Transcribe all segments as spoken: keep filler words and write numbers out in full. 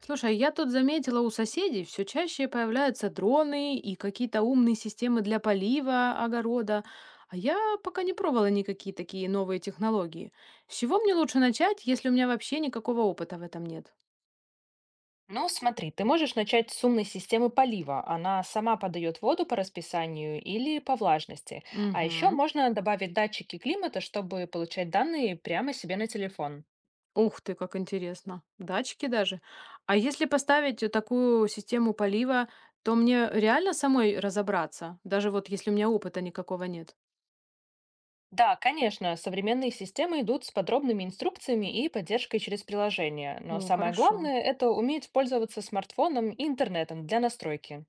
Слушай, а я тут заметила, у соседей все чаще появляются дроны и какие-то умные системы для полива огорода, а я пока не пробовала никакие такие новые технологии. С чего мне лучше начать, если у меня вообще никакого опыта в этом нет? Ну, смотри, ты можешь начать с умной системы полива. Она сама подает воду по расписанию или по влажности. А еще Угу. можно добавить датчики климата, чтобы получать данные прямо себе на телефон. Ух ты, как интересно. Датчики даже. А если поставить э, такую систему полива, то мне реально самой разобраться, даже вот если у меня опыта никакого нет. Да, конечно, современные системы идут с подробными инструкциями и поддержкой через приложение. Но О, самое хорошо. главное– это уметь пользоваться смартфоном и интернетом для настройки.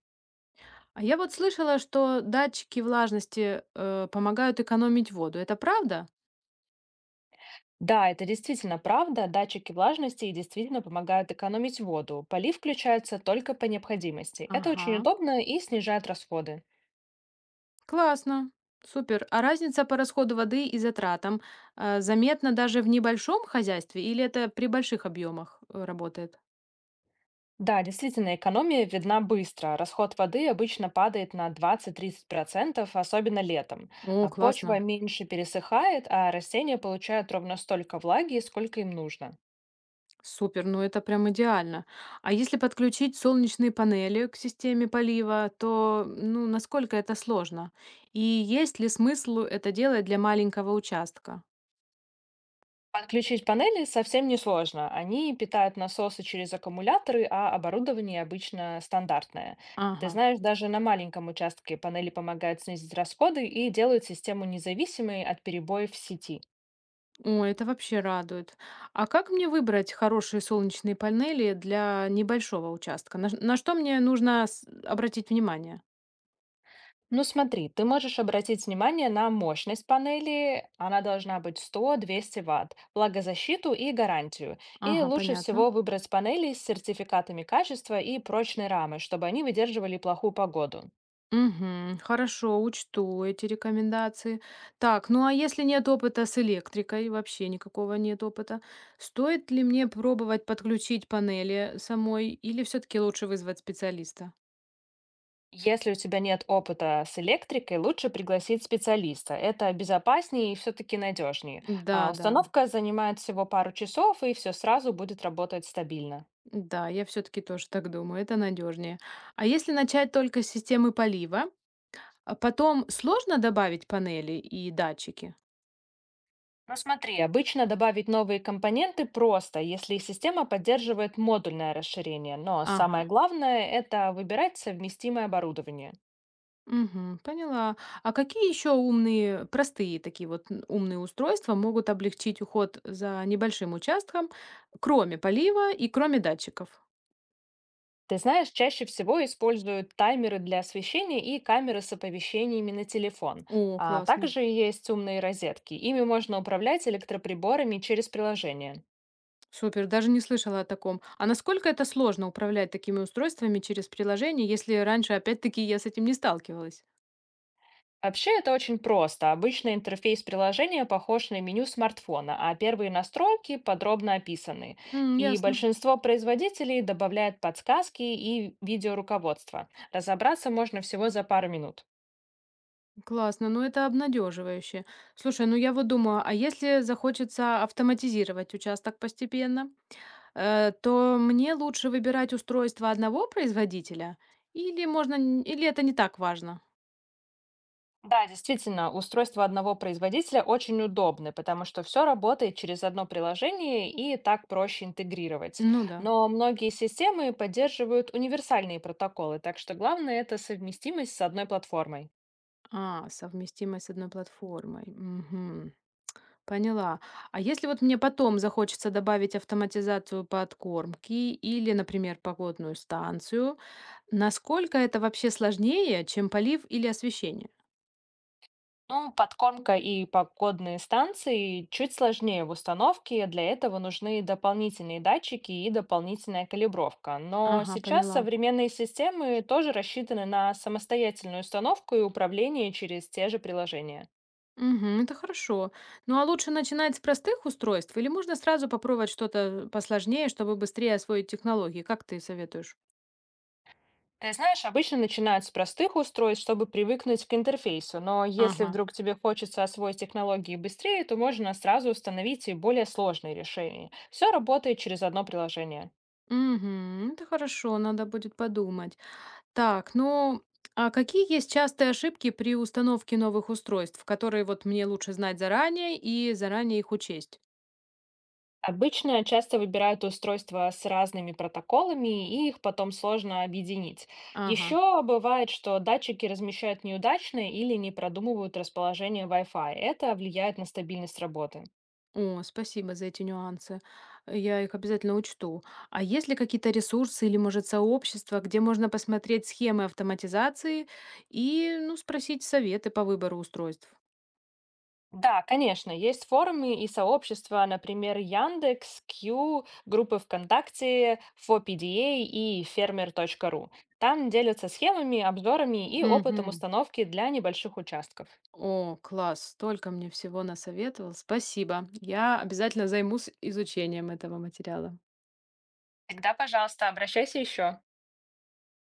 А я вот слышала, что датчики влажности, э, помогают экономить воду. Это правда? Да, это действительно правда. Датчики влажности и действительно помогают экономить воду. Полив включается только по необходимости. Это очень Ага. удобно и снижает расходы. Классно. Супер. А разница по расходу воды и затратам, э, заметна даже в небольшом хозяйстве или это при больших объемах, э, работает? Да, действительно, экономия видна быстро. Расход воды обычно падает на двадцати-тридцати процентов, особенно летом. О, А классно. почва меньше пересыхает, а растения получают ровно столько влаги, сколько им нужно. Супер. Ну это прям идеально. А если подключить солнечные панели к системе полива, то, ну, насколько это сложно? И есть ли смысл это делать для маленького участка? Подключить панели совсем несложно. Они питают насосы через аккумуляторы, а оборудование обычно стандартное. Ты Ага. знаешь, даже на маленьком участке панели помогают снизить расходы и делают систему независимой от перебоев в сети. О, это вообще радует. А как мне выбрать хорошие солнечные панели для небольшого участка? На, ш- на что мне нужно с- обратить внимание? Ну смотри, ты можешь обратить внимание на мощность панели. Она должна быть сто двести ватт Вт, влагозащиту и гарантию. И Ага, лучше понятно. всего выбрать панели с сертификатами качества и прочной рамы, чтобы они выдерживали плохую погоду. Мгм, хорошо, учту эти рекомендации. Так, ну а если нет опыта с электрикой, вообще никакого нет опыта, стоит ли мне пробовать подключить панели самой или все-таки лучше вызвать специалиста? Если у тебя нет опыта с электрикой, лучше пригласить специалиста. Это безопаснее и все-таки надежнее. А Да, да, установка занимает всего пару часов, и все сразу будет работать стабильно. да, я все-таки тоже так думаю, это надежнее. А если начать только с системы полива? А потом сложно добавить панели и датчики? Но смотри, обычно добавить новые компоненты просто, если система поддерживает модульное расширение. Но Ага. самое главное– это выбирать совместимое оборудование. Мгм, поняла. А какие еще умные, простые такие вот н- умные устройства могут облегчить уход за небольшим участком, кроме полива и кроме датчиков? Ты знаешь, чаще всего используют таймеры для освещения и камеры с оповещениями на телефон. О, А классно. также есть умные розетки. Ими можно управлять электроприборами через приложение. Супер, даже не слышала о таком. А насколько это сложно управлять такими устройствами через приложение, если раньше, опять-таки, я с этим не сталкивалась? Вообще это очень просто. Обычно интерфейс приложения похож на меню смартфона, а первые настройки подробно описаны. М, И ясно. большинство производителей добавляет подсказки и видеоруководство. Разобраться можно всего за пару минут. Классно, ну это обнадеживающе. Слушай, ну я вот думаю, а если захочется автоматизировать участок постепенно, э, то мне лучше выбирать устройство одного производителя, или можно, н- или это не так важно? Да, действительно, устройство одного производителя очень удобны, потому что все работает через одно приложение и так проще интегрировать. Ну да. Но многие системы поддерживают универсальные протоколы, так что главное это совместимость с одной платформой. А, совместимость с одной платформой. Мгм. Поняла. А если вот мне потом захочется добавить автоматизацию подкормки или, например, погодную станцию, насколько это вообще сложнее, чем полив или освещение? Ну, подкормка и погодные станции чуть сложнее в установке, для этого нужны дополнительные датчики и дополнительная калибровка. Но Ага, сейчас поняла. современные системы тоже рассчитаны на самостоятельную установку и управление через те же приложения. Мгм. Это хорошо. Ну, а лучше начинать с простых устройств или можно сразу попробовать что-то посложнее, чтобы быстрее освоить технологии? Как ты советуешь? Ты знаешь, обычно начинают с простых устройств, чтобы привыкнуть к интерфейсу, но если Ага. вдруг тебе хочется освоить технологии быстрее, то можно сразу установить и более сложные решения. Все работает через одно приложение. Мгм. Это хорошо, надо будет подумать. Так, ну, а какие есть частые ошибки при установке новых устройств, которые вот мне лучше знать заранее и заранее их учесть? Обычно часто выбирают устройства с разными протоколами, и их потом сложно объединить. Ага. Еще бывает, что датчики размещают неудачно или не продумывают расположение вай фай. Это влияет на стабильность работы. О, спасибо за эти нюансы. Я их обязательно учту. А есть ли какие-то ресурсы или, может, сообщества, где можно посмотреть схемы автоматизации и, ну, спросить советы по выбору устройств? Да, конечно, есть форумы и сообщества, например, Яндекс, кью, группы ВКонтакте, ФОПДА и фермер точка ру. Там делятся схемами, обзорами и опытом Угу. установки для небольших участков. О, класс, столько мне всего насоветовал. Спасибо. Я обязательно займусь изучением этого материала. Всегда, пожалуйста, обращайся еще.